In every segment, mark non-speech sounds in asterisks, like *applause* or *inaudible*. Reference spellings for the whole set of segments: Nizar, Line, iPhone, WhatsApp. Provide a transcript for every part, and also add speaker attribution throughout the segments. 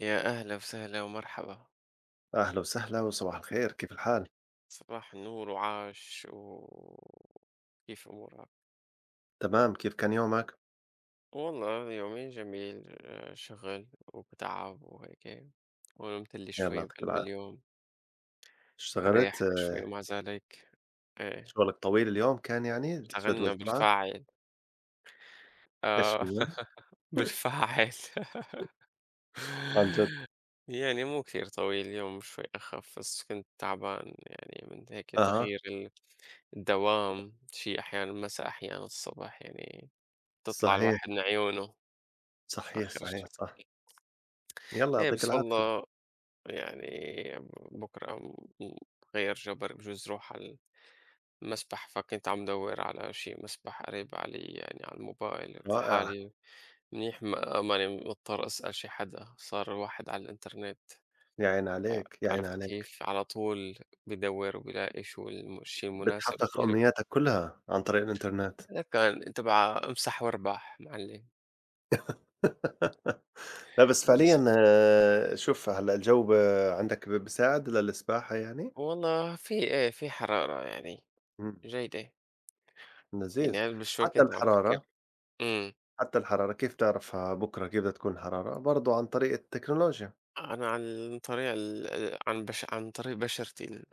Speaker 1: يا أهلا وسهلا ومرحبا.
Speaker 2: أهلا وسهلا وصباح الخير، كيف الحال؟
Speaker 1: صباح النور وعاش وكيف أمورك؟
Speaker 2: تمام، كيف كان يومك؟
Speaker 1: والله يومين جميل شغل وبتعب وهيك، ونمت لي
Speaker 2: يالله
Speaker 1: شوي
Speaker 2: يعطيك
Speaker 1: بقلب
Speaker 2: العافية،
Speaker 1: اليوم.
Speaker 2: اشتغلت؟
Speaker 1: ريحنا
Speaker 2: آه،
Speaker 1: شوي مع ذلك. ايه،
Speaker 2: شغلك طويل اليوم كان يعني
Speaker 1: اشتغلنا
Speaker 2: الجدول تبعك؟
Speaker 1: بالفاعل.
Speaker 2: إيش
Speaker 1: آه
Speaker 2: هو؟
Speaker 1: *laughs*
Speaker 2: *laughs*
Speaker 1: بالفاعل *laughs*
Speaker 2: عن جد؟
Speaker 1: يعني مو كثير طويل اليوم، شوي أخف، بس كنت تعبان يعني من هيك
Speaker 2: أها،
Speaker 1: تغيير الدوام، شيء أحيانا مساء أحيانا الصبح، يعني تطلع
Speaker 2: صحيح،
Speaker 1: الواحد من عيونه
Speaker 2: صحيح،
Speaker 1: آخر
Speaker 2: صحيح،
Speaker 1: الشي.
Speaker 2: صح، يالله
Speaker 1: إيه
Speaker 2: يعطيك
Speaker 1: بس
Speaker 2: العافية،
Speaker 1: والله يعني بكرة م- غير جبر بجوز روح على المسبح، فكنت عم دور على شي مسبح قريب علي يعني على الموبايل. قلت
Speaker 2: رائع،
Speaker 1: لحالي منيح، ما ماني مضطر أسأل شي حدا، صار الواحد على الإنترنت
Speaker 2: يا عيني عليك، يا عيني
Speaker 1: عرفت
Speaker 2: عليك،
Speaker 1: كيف، على طول بدور وبلاقي شو الشي المناسب
Speaker 2: بتحقق
Speaker 1: إله.
Speaker 2: أمنياتك كلها عن طريق الإنترنت.
Speaker 1: هذا كان تبع امسح واربح معلم.
Speaker 2: *laughs* لا بس
Speaker 1: بس
Speaker 2: فعليًا، شوف هلأ الجو عندك بيساعد للسباحة يعني؟
Speaker 1: والله في ايه، في حرارة يعني
Speaker 2: إمم،
Speaker 1: جيدة.
Speaker 2: لذيذ،
Speaker 1: يعني أنا شوي
Speaker 2: حتى
Speaker 1: كنت عم فكر.
Speaker 2: الحرارة؟
Speaker 1: إمم.
Speaker 2: حتى الحرارة، كيف تعرف بكرة كيف بدها تكون الحرارة؟ برضه عن طريق التكنولوجيا،
Speaker 1: أنا عن طريق بشرتي،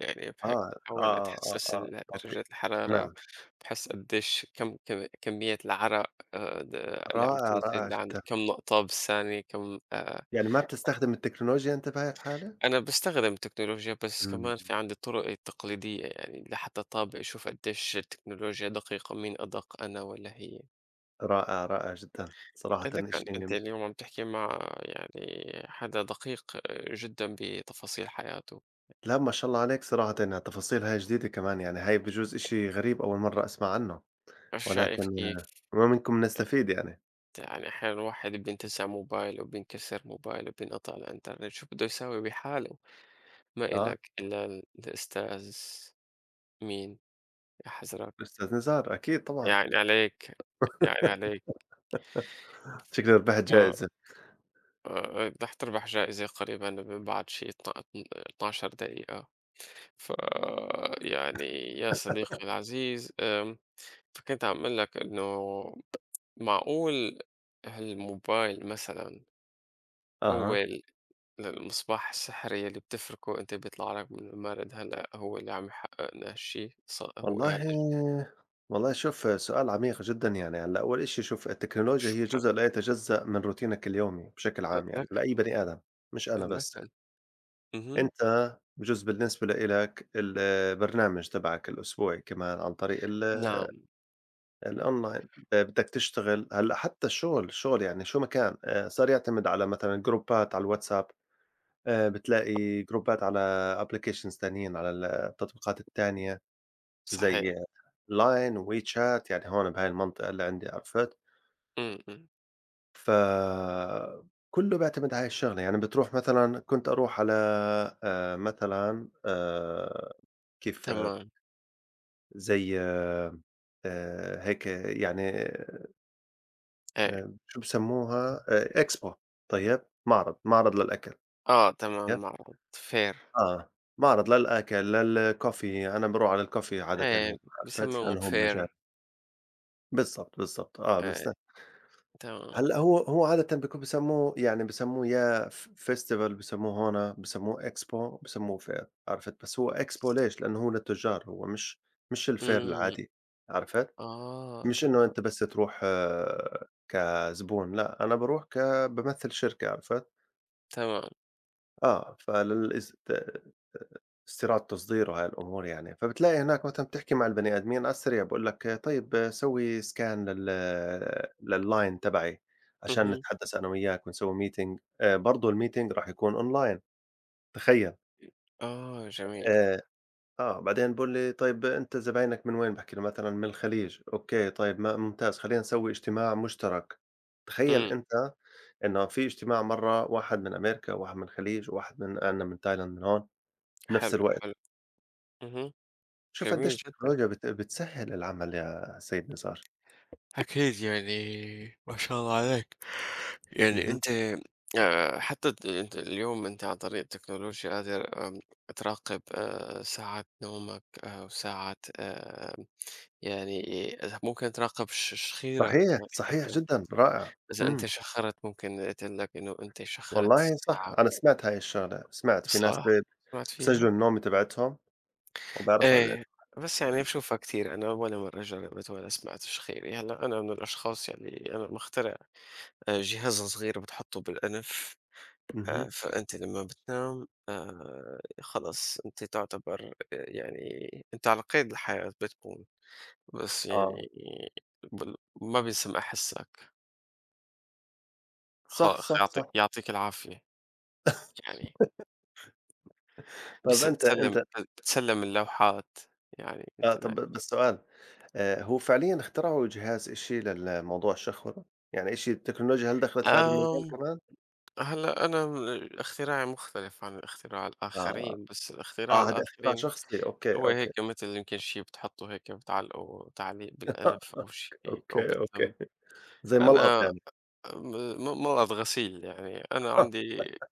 Speaker 1: يعني باحب
Speaker 2: آه، آه،
Speaker 1: أحاول
Speaker 2: آه، آه،
Speaker 1: أتحسس
Speaker 2: آه، تعطي
Speaker 1: درجات الحرارة،
Speaker 2: نعم،
Speaker 1: باحس قديش كم كمية العرق د اللي عم
Speaker 2: رائع، رائع
Speaker 1: تنزل
Speaker 2: جدًا،
Speaker 1: عندي، كم نقطة بالثانية، كم.
Speaker 2: يعني ما بتستخدم التكنولوجيا أنت بهاي الحالة؟
Speaker 1: أنا باستخدم التكنولوجيا، بس
Speaker 2: إمم،
Speaker 1: كمان في عندي طرق التقليدية، يعني لحتى طابق أشوف قديش التكنولوجيا دقيقة، مين أدق، أنا والّا هي؟
Speaker 2: رائع، رائع جدًا، صراحةً
Speaker 1: لك
Speaker 2: إشي،
Speaker 1: أنت اليوم عم تحكي مع يعني حدا دقيق جدًا بتفاصيل حياته.
Speaker 2: لا ما شاء الله عليك، صراحةً هالتفاصيل هاي جديدة كمان، يعني هاي بجوز إشي غريب أول مرة أسمع عنه،
Speaker 1: مش
Speaker 2: ولكن
Speaker 1: عارف كيف.
Speaker 2: آه، ما منكم نستفيد يعني،
Speaker 1: يعني أحيانا الواحد بينتزع موبايله وبينكسر موبايله وبينقطع الإنترنت، شو بده يساوي بحاله؟ ما
Speaker 2: آه،
Speaker 1: إلك إلا الأستاذ، مين يحذرك
Speaker 2: أستاذ نزار أكيد طبعًا.
Speaker 1: يعني عليك، يعني
Speaker 2: *laughs*
Speaker 1: عليك.
Speaker 2: شكلي ربحت
Speaker 1: آه،
Speaker 2: جائزة،
Speaker 1: آه، آه، رح تربح جائزة قريبا بعد شي 12 دقيقة. ف يعني يا صديقي العزيز، فكنت عم أقول لك إنه معقول هالموبايل مثلا هو
Speaker 2: أها.
Speaker 1: المصباح السحرية اللي بتفركه وأنت بيطلع لك من المارد، هلأ هو اللي عم يحققنا هالشي، ص هو
Speaker 2: والله
Speaker 1: هذا الش
Speaker 2: والله شوف سؤال عميق جدًا يعني، هلأ أول إشي شوف التكنولوجيا هي
Speaker 1: شكرًا
Speaker 2: جزء لا يتجزأ من روتينك اليومي بشكل عام يعني،
Speaker 1: لك
Speaker 2: لأي بني آدم، مش أنا
Speaker 1: لك.
Speaker 2: بس يعني،
Speaker 1: اهم.
Speaker 2: أنت بجوز بالنسبة لإلك البرنامج تبعك الأسبوعي كمان عن طريق ال
Speaker 1: نعم.
Speaker 2: الأونلاين، بدك تشتغل هلأ حتى الشغل، الشغل يعني شو ما كان صار يعتمد على مثلًا جروبات على الواتساب، بتلاقي جروبات على applications تانيين على التطبيقات التانية، زي
Speaker 1: صحيح.
Speaker 2: لاين، وeChat، يعني هون بهاي المنطقة اللي عندي، عرفت؟
Speaker 1: إمم. إمم.
Speaker 2: ف كلّه بيعتمد على هاي الشغلة، يعني بتروح مثلًا، كنت أروح على مثلًا، كيف
Speaker 1: تمام.
Speaker 2: زي هيك يعني،
Speaker 1: إيه.
Speaker 2: شو بسمّوها، Expo، طيب، معرض، معرض للأكل،
Speaker 1: آه تمام.
Speaker 2: طيب،
Speaker 1: معروض fair.
Speaker 2: آه، معرض للأكل، للCoffee. أنا باروح على الCoffee عادةً، يعني
Speaker 1: إيه،
Speaker 2: عرفت؟
Speaker 1: بيسموهم
Speaker 2: لأنه هُم جا،
Speaker 1: fair.
Speaker 2: بالضبط، بالضبط، آه
Speaker 1: إيه.
Speaker 2: بنست،
Speaker 1: تمام.
Speaker 2: هلأ هو عادةً بيكون بيسمّوه، يعني بيسمّوه يا festival، بيسمّوه هون، بيسمّوه expo، بيسمّوه fair، عرفت؟ بس هو expo ليش؟ لإنه هو للتُجّار، هو مش الfair
Speaker 1: إمم.
Speaker 2: العادي، عرفت؟
Speaker 1: آه
Speaker 2: مش إنه
Speaker 1: تمام.
Speaker 2: أنت بس تروح كزبون، لأ أنا باروح بامثّل شركة، عرفت؟
Speaker 1: تمام.
Speaker 2: فللإز ت استيراد، تصدير وهالأمور يعني، فبتلاقي هناك مثلًا بتحكي مع البني آدمين على السريع، بيقول لك طيب سوي سكان لل للline تبعي، عشان
Speaker 1: اهم.
Speaker 2: نتحدث أنا وياك ونسوي meeting، برضه الmeeting راح يكون online. تخيل!
Speaker 1: آه جميل.
Speaker 2: آآ بعدين بيقول لي طيب أنت زباينك من وين؟ باحكي له مثلًا من الخليج، أوكي طيب ما ممتاز، خلينا نسوي اجتماع مشترك، تخيل
Speaker 1: إمم.
Speaker 2: أنت إنه في اجتماع مرّة، واحد من أمريكا وواحد من الخليج وواحد من عندنا من تايلاند من هون، بنفس
Speaker 1: حلو.
Speaker 2: الوقت.
Speaker 1: حلو. اهم.
Speaker 2: شوف
Speaker 1: جميل
Speaker 2: قديش
Speaker 1: جدًا.
Speaker 2: التكنولوجيا بتسهّل العمل يا سيد نزار.
Speaker 1: أكيد يعني، ما شاء الله عليك. يعني
Speaker 2: اهم.
Speaker 1: أنت، حتى أنت اليوم أنت عن طريق التكنولوجيا قادر، تراقب، ساعات نومك، وساعات، يعني إذا ممكن تراقب شخيرك
Speaker 2: صحيح،
Speaker 1: يعني
Speaker 2: صحيح
Speaker 1: حتى،
Speaker 2: جدًا، رائع.
Speaker 1: إذا
Speaker 2: إمم.
Speaker 1: أنت شخرت ممكن قلت لك إنه أنت شخرت
Speaker 2: والله صح،
Speaker 1: الساعة.
Speaker 2: أنا سمعت هاي الشغلة، سمعت في ناس
Speaker 1: صح؟ سمعت فيها؟
Speaker 2: بسجلوا النوم تبعتهم وبيعرفوا قد
Speaker 1: إيه،
Speaker 2: إيه.
Speaker 1: بس يعني بشوفها كثير أنا، ولا مرة جربت ولا سمعت شخيري. هلا أنا من الأشخاص يعني أنا مخترع جهاز صغير بتحطّه بالأنف،
Speaker 2: اهم.
Speaker 1: فأنت لمّا بتنام، خلص أنت تعتبر، يعني أنت على قيد الحياة بتكون، بس
Speaker 2: آه.
Speaker 1: يعني بال ما بينسمع حسّك،
Speaker 2: صح، صح،
Speaker 1: يعطي
Speaker 2: صح.
Speaker 1: يعطيك العافية يعني،
Speaker 2: طيب
Speaker 1: بس
Speaker 2: أنت
Speaker 1: بتسلّم
Speaker 2: أنت،
Speaker 1: بتسلّم اللوحات يعني
Speaker 2: آه،
Speaker 1: أنت
Speaker 2: طب
Speaker 1: نايم.
Speaker 2: بس سؤال، هو فعليًا اخترعوا جهاز إشي للموضوع الشخْورة؟ يعني إشي، التكنولوجيا هل دخلت في هذا المجال
Speaker 1: آمم
Speaker 2: كمان؟
Speaker 1: هلّأ أنا اختراعي مختلف عن اختراع
Speaker 2: آه.
Speaker 1: الآخرين، بس الاختراع
Speaker 2: آه، هذا اختراع
Speaker 1: الآخرين
Speaker 2: شخصي، أوكي،
Speaker 1: هو
Speaker 2: أوكي.
Speaker 1: هيك مثل، يمكن شي بتحطّوا هيك بتعلّقوا تعليق
Speaker 2: *laughs*
Speaker 1: بالأنف، أو شي هيك أو
Speaker 2: أوكي،
Speaker 1: بالتَّم.
Speaker 2: أوكي. زي ملقط
Speaker 1: أنا
Speaker 2: يعني.
Speaker 1: م م ملقط غسيل، يعني أنا عندي
Speaker 2: *laughs*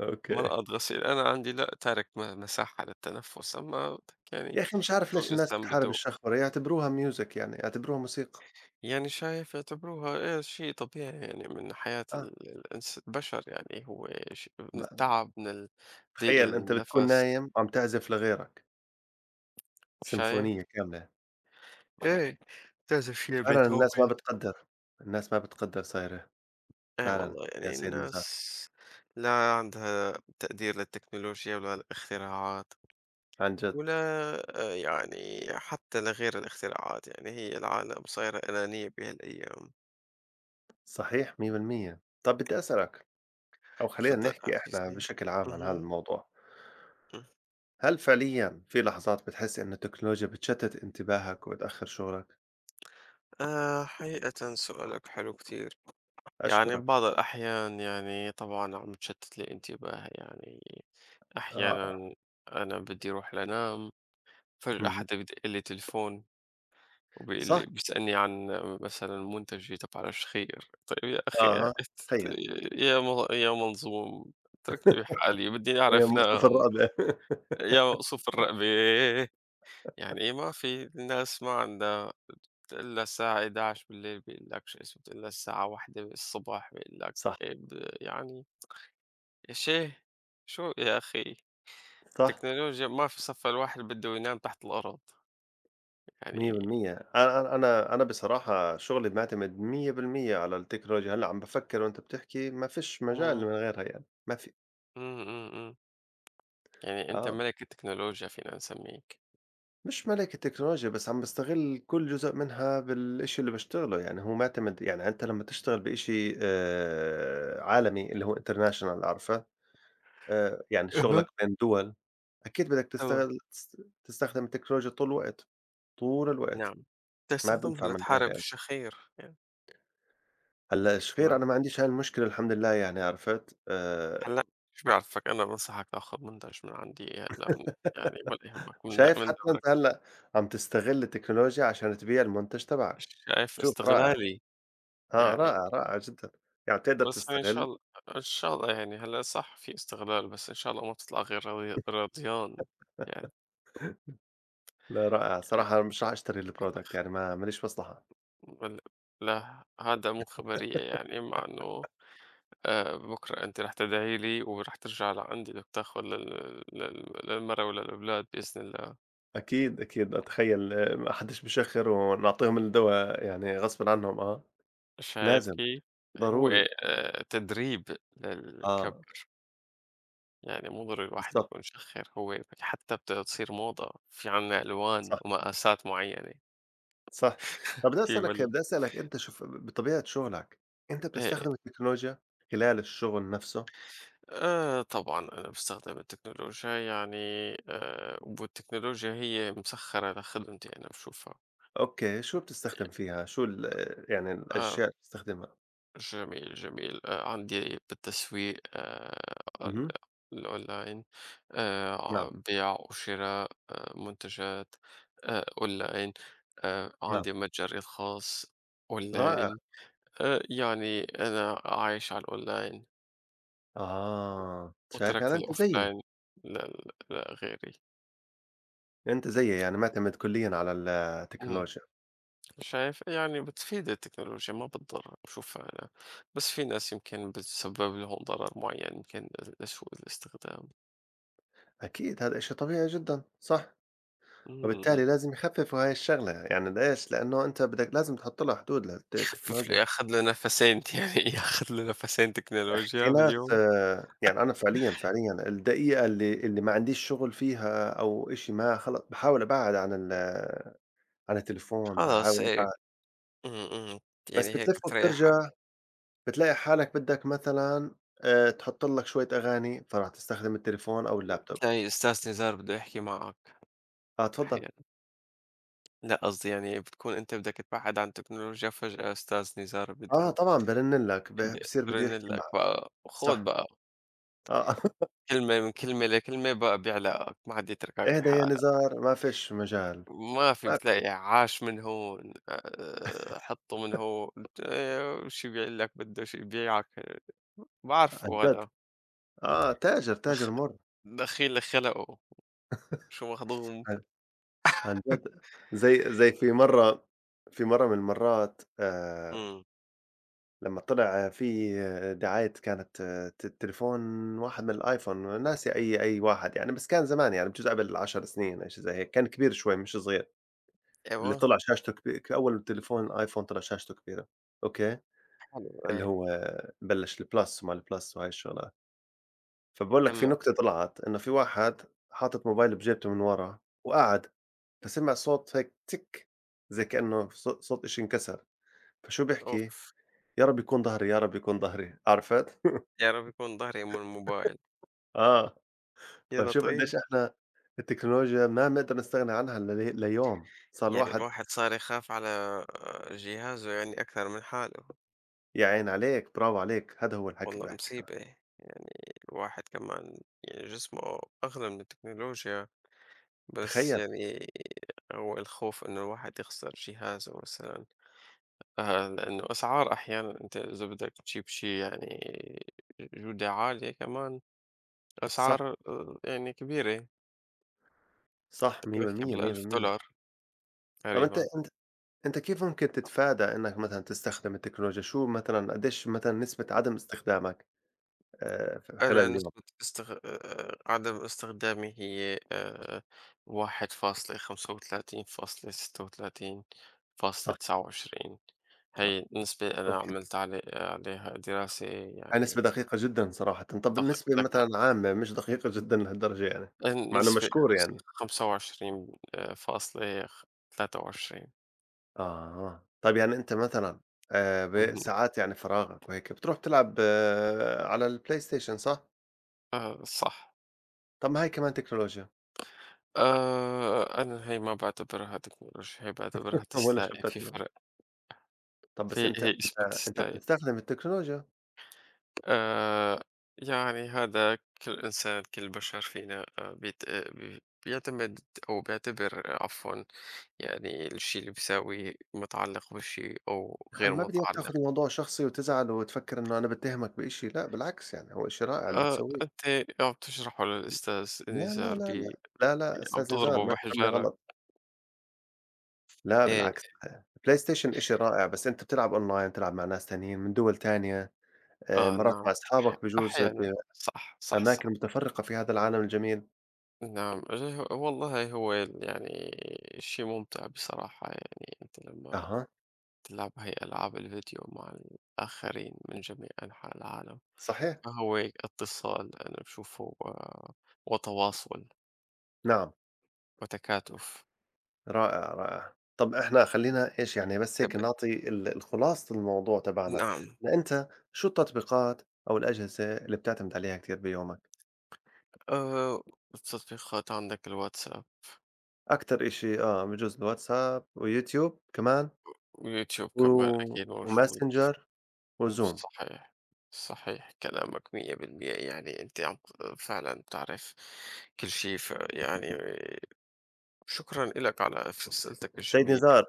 Speaker 2: أوكي.
Speaker 1: ملقط غسيل، أنا عندي لأ تارك مساحة للتنفُّس، أما بدك يعني
Speaker 2: يا أخي مش عارف
Speaker 1: شو
Speaker 2: ليش الناس
Speaker 1: الإنسان
Speaker 2: بتحارب
Speaker 1: بده،
Speaker 2: الشخبرة، يعتبروها music يعني، يعتبروها موسيقى.
Speaker 1: يعني شايف يعتبروها إيه؟ شي طبيعي يعني من حياة
Speaker 2: آه،
Speaker 1: ال الإنس البشر، يعني هو من
Speaker 2: ما
Speaker 1: التعب، من ضيق
Speaker 2: تخيّل أنت بتكون
Speaker 1: النَفَس.
Speaker 2: نايم وعم تعزف لغيرك
Speaker 1: شايف؟
Speaker 2: سيمفونية كاملة،
Speaker 1: إيه، لازم شي
Speaker 2: فعلًا الناس ما
Speaker 1: بيتهوفي.
Speaker 2: بتقدّر، الناس ما بتقدّر صايرة،
Speaker 1: إيه
Speaker 2: فعلًا،
Speaker 1: والله
Speaker 2: يا
Speaker 1: يعني
Speaker 2: سيد
Speaker 1: الناس
Speaker 2: نزار،
Speaker 1: لا عندها تقدير للتكنولوجيا ولا الاختراعات
Speaker 2: عن جد،
Speaker 1: ولا، يعني حتى لغير الاختراعات، يعني هي العالم صايرة أنانية بهالأيام.
Speaker 2: صحيح 100%. طَب بدي أسألك، أو خلّينا
Speaker 1: تفضل
Speaker 2: نحكي إحنا
Speaker 1: عزيزي،
Speaker 2: بشكل عام عن هذا
Speaker 1: مهم.
Speaker 2: الموضوع،
Speaker 1: مم.
Speaker 2: هل فعليًا في لحظات بتحس إنه التكنولوجيا بتشتت انتباهك وتأخّر شغلك؟
Speaker 1: آه، حقيقة سؤالك حلو كتير. يعني
Speaker 2: أشكرك،
Speaker 1: بعض الأحيان يعني طبعا عم تشتت لي انتباهي يعني.
Speaker 2: رائع،
Speaker 1: أحيانا أنا بدي أروح لأنام، فجأة
Speaker 2: اهم،
Speaker 1: حدا بدق لي تلفون
Speaker 2: صح؟
Speaker 1: بيسألني عن مثلًا منتج، يطب على الخير، طيب يا أخي *laughs*
Speaker 2: أها، تخيّل.
Speaker 1: يا منظوم، اتركني بحالي بدي
Speaker 2: هي
Speaker 1: أعرف
Speaker 2: من قصف
Speaker 1: نام.
Speaker 2: الرقبة. *laughs*
Speaker 1: يا مقصوف الرقبة يعني إيه، ما في الناس ما عندها. بتقول لها الساعة 23:00 بيقول لك شو اسمه، بتقول لها الساعة 01:00 بيقول لك
Speaker 2: صح،
Speaker 1: إيه، يعني يا شيه، شو يا أخي
Speaker 2: صح،
Speaker 1: التكنولوجيا، ما في صفّى، الواحد بده ينام تحت الأرض يعني.
Speaker 2: 100%. أنا أنا أنا أنا بصراحة شغلي معتمد 100% على التكنولوجيا، هلأ عم بافكّر وأنت بتحكي، ما فيش مجال
Speaker 1: إمم.
Speaker 2: من غيرها يعني، ما في،
Speaker 1: إمم. إمم. إمم. يعني أنت
Speaker 2: آه،
Speaker 1: ملك التكنولوجيا فينا نسميك.
Speaker 2: مش ملاكي تكنولوجيا بس عم باستغل كل جزء منها بالإشي اللي باشتغله، يعني هو معتمد، يعني أنت لمّا تشتغل بإشي عالمي اللي هو international، عارفه؟ يعني
Speaker 1: أها.
Speaker 2: شغلك بين دول، أكيد بدك
Speaker 1: تمام.
Speaker 2: تستغل تست تستخدم التكنولوجيا طول الوقت، طول الوقت،
Speaker 1: نعم.
Speaker 2: ما بينفع
Speaker 1: تستخدمها
Speaker 2: من
Speaker 1: لتحارب
Speaker 2: غيرها.
Speaker 1: الشخير يعني
Speaker 2: هلّا الشخير
Speaker 1: كمان.
Speaker 2: أنا ما عنديش هاي المشكلة، الحمد لله، يعني عرفت،
Speaker 1: هلأ إيش بيعرفك أنا بانصحك تاخذ منتج من عندي، هلأ من يعني، ولا يهمك من
Speaker 2: شايف
Speaker 1: من
Speaker 2: حتى
Speaker 1: دبرك،
Speaker 2: أنت هلّأ عم تستغل التكنولوجيا عشان تبيع المنتج تبعك،
Speaker 1: شايف
Speaker 2: شوف رائع،
Speaker 1: استغلالي
Speaker 2: آه
Speaker 1: يعني،
Speaker 2: رائع، رائع جدًا، يعني بتقدر
Speaker 1: بس يعني إن شاء
Speaker 2: تستغل،
Speaker 1: الله إن شاء الله يعني، هلأ صح في استغلال، بس إن شاء الله ما تطلع غير راضي راضيان، يعني
Speaker 2: لا رائع صراحة، مش راح أشتري
Speaker 1: والله،
Speaker 2: الproduct، يعني ما ما ليش مصلحة،
Speaker 1: بل لا هذا مو خبرية، يعني مع إنه بكرة أنتِ رح تدعي لي ورح ترجع لعندي بدك تاخذ لل لل للمرا وللأولاد بإذن الله.
Speaker 2: أكيد، أكيد أتخيّل، ما حدّش بيشخّر ونعطيهم الدوا يعني غصبٍ عنهم آه،
Speaker 1: شايفكِ
Speaker 2: لازم،
Speaker 1: هو
Speaker 2: ضروري،
Speaker 1: تدريب
Speaker 2: آه،
Speaker 1: للكبّر، يعني مو ضروري الواحد
Speaker 2: بالضبط،
Speaker 1: يكون شخّر، هو حتى بتصير موضة، في عندنا ألوان
Speaker 2: صح.
Speaker 1: ومقاسات معيّنة.
Speaker 2: صح. طب بدّيني
Speaker 1: في
Speaker 2: أسألك،
Speaker 1: بال
Speaker 2: بدّيني أسألك أنت شوف بطبيعة شغلك، أنت
Speaker 1: إيه،
Speaker 2: بتستخدم التكنولوجيا خلال الشغل نفسه؟
Speaker 1: طبعًا أنا باستخدم التكنولوجيا يعني، والتكنولوجيا هي مسخّرة لخدمتي أنا باشوفها.
Speaker 2: أوكي، شو بتستخدم فيها؟ شو ال، يعني
Speaker 1: آه.
Speaker 2: الأشياء اللي بتستخدمها؟
Speaker 1: جميل، جميل. عندي بالتسويق، ال
Speaker 2: اهم،
Speaker 1: الأونلاين،
Speaker 2: نعم،
Speaker 1: بيع وشراء منتجات أونلاين،
Speaker 2: نعم،
Speaker 1: عندي متجري الخاص
Speaker 2: رائع.
Speaker 1: أونلاين، يعني أنا عايش على الأونلاين
Speaker 2: آه، شايف
Speaker 1: وتركت
Speaker 2: يعني أنت زيي،
Speaker 1: الأوفلاين لل لغيري.
Speaker 2: أنت زيي يعني مُعتمد كليًا على
Speaker 1: إمم.
Speaker 2: التكنولوجيا،
Speaker 1: شايف؟ يعني بتفيد التكنولوجيا ما بتضر، باشوفها أنا، بس في ناس يمكن بتسبب لهم ضرر معين، يمكن لسوء الاستخدام.
Speaker 2: أكيد هذا إشي طبيعي جدًا، صح،
Speaker 1: إمم. إمم.
Speaker 2: وبالتالي لازم يخففوا هاي الشغلة، يعني ليش؟ لإنه أنت بدك لازم تحُط لها حدود للت
Speaker 1: يخفف له
Speaker 2: التكنولوجيا.
Speaker 1: ياخد له نفسين *laughs* يعني ياخد له نفسين
Speaker 2: في
Speaker 1: تكنولوجيا
Speaker 2: ناس
Speaker 1: باليوم.
Speaker 2: آه، يعني أنا فعليًا، فعليًا الدقيقة اللي اللي ما عنديش شغل فيها أو إشي ما خلا باحاول أبعّد عن عن التليفون،
Speaker 1: خلاص،
Speaker 2: باحاول
Speaker 1: إيه.
Speaker 2: أبعّد،
Speaker 1: إمم. إمم.
Speaker 2: بس
Speaker 1: يعني هيك
Speaker 2: بتلف
Speaker 1: بتريّح
Speaker 2: وبترجع
Speaker 1: حالك.
Speaker 2: بتلاقي حالك بدك مثلًا، تحط لك شوية أغاني، فرح تستخدم التليفون أو اللابتوب.
Speaker 1: تلاقي أستاذ نزار بده يحكي معك
Speaker 2: آه، تفضّل.
Speaker 1: أحيانًا. لأ قصدي يعني بتكون أنت بدك تبعد عن التكنولوجيا فجأة أستاذ نزار
Speaker 2: آه،
Speaker 1: بده
Speaker 2: طبعًا بارن لك،
Speaker 1: بده
Speaker 2: بصير بده
Speaker 1: يرن
Speaker 2: يحكي
Speaker 1: لك
Speaker 2: معك،
Speaker 1: بقى، وخُد
Speaker 2: صح،
Speaker 1: بقى
Speaker 2: آه، *laughs*
Speaker 1: كلمة من كلمة لكلمة بقى، بيعلقك ما حد يتركك
Speaker 2: اهدى يا
Speaker 1: بحالك.
Speaker 2: نزار ما فيش مجال،
Speaker 1: ما في،
Speaker 2: ما في،
Speaker 1: بتلاقي عاش من هون، حطّه من هون، شي بيعِلّك بده، شي بييعك،
Speaker 2: عن
Speaker 1: بعرفه
Speaker 2: جد،
Speaker 1: هذا.
Speaker 2: آه، تاجر،
Speaker 1: دخ
Speaker 2: تاجر مُر.
Speaker 1: دخيل خلقه، شو مخضوم.
Speaker 2: عن جد، زي زي في مرة، في مرة من المرات،
Speaker 1: إمم.
Speaker 2: لمّا طلع في دعاية كانت آه، ت تليفون واحد من الآيفون، ناسي أي أي واحد يعني، بس كان زمان يعني بجوز قبل 10 سنين، أي شي زي هيك، كان كبير شوي مش صغير، اللي
Speaker 1: أيوه،
Speaker 2: طلع شاشته كبي ك أول تليفون آيفون طلع شاشته كبيرة، أوكي؟
Speaker 1: حلو، آه،
Speaker 2: اللي هو بلش الPlus وما الPlus وهاي الشغلات، فباقول لك في
Speaker 1: تمام.
Speaker 2: نكتة طلعت، إنه في واحد حاطط موبايله بجيبته من ورا وقعد، فسمع صوت هيك تِك، زي كإنه صو صوت إشي انكسر، فشو بيحكي،
Speaker 1: أوف،
Speaker 2: يا رب يكون ضهري، يا رب يكون ضهري، عرفت؟ *laughs*
Speaker 1: يا رب يكون ضهري من الموبايل،
Speaker 2: آه،
Speaker 1: يا
Speaker 2: فشوف
Speaker 1: لطيف!
Speaker 2: قديش إحنا التكنولوجيا ما بنقدر نستغنى عنها للي ليوم، صار
Speaker 1: يعني
Speaker 2: الواحد،
Speaker 1: الواحد صار يخاف على جهازه يعني أكثر من حاله.
Speaker 2: يا عيني عليك، برافو عليك، هذا هو الحكي اللي
Speaker 1: والله
Speaker 2: باحكي أنا،
Speaker 1: مصيبة. يعني الواحد كمان يعني جسمه أغلى من التكنولوجيا، بس
Speaker 2: تخيّل!
Speaker 1: يعني هو الخوف إنه الواحد يخسر جهازه مثلًا، لإنه أسعار أحيانًا، أنت إذا بدك تجيب شي يعني جودة عالية كمان،
Speaker 2: صح،
Speaker 1: أسعار يعني كبيرة،
Speaker 2: صح
Speaker 1: تحكي
Speaker 2: 100% 100%.
Speaker 1: بال1000$
Speaker 2: طَب أنت
Speaker 1: تقريبًا.
Speaker 2: أنت أنت كيف ممكن تتفادى إنك مثلًا تستخدم التكنولوجيا، شو مثلًا قديش مثلًا نسبة عدم استخدامك، ف
Speaker 1: أنا
Speaker 2: خلال اليوم؟
Speaker 1: نسبة عدم استخدامي هي
Speaker 2: صح،
Speaker 1: 1.35.36.29،
Speaker 2: آه،
Speaker 1: هي النسبة، أنا
Speaker 2: أوكي.
Speaker 1: عملت عليها دراسة
Speaker 2: هاي نسبة
Speaker 1: يعني.
Speaker 2: دقيقة جدًا صراحةً، طَب
Speaker 1: دق
Speaker 2: النسبة
Speaker 1: دقة
Speaker 2: مثلًا عامة مش دقيقة جدًا لهالدرجة يعني، مع إنه
Speaker 1: النسبة
Speaker 2: مشكور يعني،
Speaker 1: 25 فاصلة 23.
Speaker 2: آه، طيب يعني أنت مثلًا ب
Speaker 1: اهم.
Speaker 2: ساعات يعني فراغك وهيك بتروح بتلعب على الPlayStation، صح؟
Speaker 1: آه صح.
Speaker 2: طَب ما هي كمان تكنولوجيا،
Speaker 1: أنا هي ما باعتبرها تكنولوجيا، هي باعتبرها
Speaker 2: *laughs* والّا شو
Speaker 1: تسلاية، في
Speaker 2: بتعتبر؟
Speaker 1: فرق،
Speaker 2: طَب
Speaker 1: في
Speaker 2: بس أنت
Speaker 1: هي
Speaker 2: أنت
Speaker 1: اسمها
Speaker 2: أنت
Speaker 1: تسلاية.
Speaker 2: بتستخدم التكنولوجيا،
Speaker 1: آآ يعني هذا كل إنسان، كل بشر فينا، بيت آه، بي بيعتمد أو بيعتبر، عفوًا، يعني الشي اللي بيساويه متعلق بشي أو
Speaker 2: أنا
Speaker 1: غير
Speaker 2: ما بدي إياك تاخد
Speaker 1: متعلق.
Speaker 2: الموضوع شخصي وتزعل وتفكر إنه أنا باتهمك بشي، لأ بالعكس، يعني هو إشي رائع اللي بتسويه،
Speaker 1: أنت عم تجرحه للأستاذ
Speaker 2: لا، لا،
Speaker 1: النزار
Speaker 2: لا، لا، لا، لا
Speaker 1: عم
Speaker 2: أستاذ نزار
Speaker 1: تضربه
Speaker 2: ما تفهمني
Speaker 1: بحجارك.
Speaker 2: غلط. لا
Speaker 1: إيه.
Speaker 2: بالعكس، بلاي ستيشن إشي رائع، بس أنت بتلعب online، بتلعب مع ناس تانيين من دول تانية،
Speaker 1: آه
Speaker 2: مرات
Speaker 1: نعم.
Speaker 2: مع
Speaker 1: أح
Speaker 2: أصحابك بجوز
Speaker 1: أحيانًا. صح، صح،
Speaker 2: بأماكن
Speaker 1: صح.
Speaker 2: متفرقة في هذا العالم الجميل.
Speaker 1: نعم، والله هو يعني شيء ممتع بصراحة، يعني أنت لما
Speaker 2: أها،
Speaker 1: تلعب هاي ألعاب الفيديو مع الآخرين من جميع أنحاء العالم،
Speaker 2: صحيح،
Speaker 1: فهو اتصال أنا بشوفه، وتواصل،
Speaker 2: نعم،
Speaker 1: وتكاتف.
Speaker 2: رائع، رائع. طب إحنا خلّينا إيش يعني بس
Speaker 1: طب.
Speaker 2: هيك نعطي ال الخلاصة الموضوع تبعنا،
Speaker 1: نعم.
Speaker 2: لأنت شو التطبيقات أو الأجهزة اللي بتعتمد عليها كتير بيومك؟
Speaker 1: أه التطبيقات عندك الواتساب،
Speaker 2: أكتر إشي آه بجوز الواتساب ويوتيوب كمان،
Speaker 1: ويوتيوب
Speaker 2: و
Speaker 1: كمان أكيد موجود.
Speaker 2: وMessenger وZoom.
Speaker 1: صحيح صحيح، كلامك مية بالمية، يعني أنت عم فعلا تعرف كل شيء، يعني شكرًا لك على أسئلتك
Speaker 2: سيد
Speaker 1: الجميلة
Speaker 2: نزار،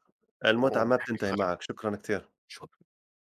Speaker 2: المتعة ما
Speaker 1: ومحل
Speaker 2: بتنتهي
Speaker 1: الخرج.
Speaker 2: معك، شكرًا كتير.
Speaker 1: شكرًا.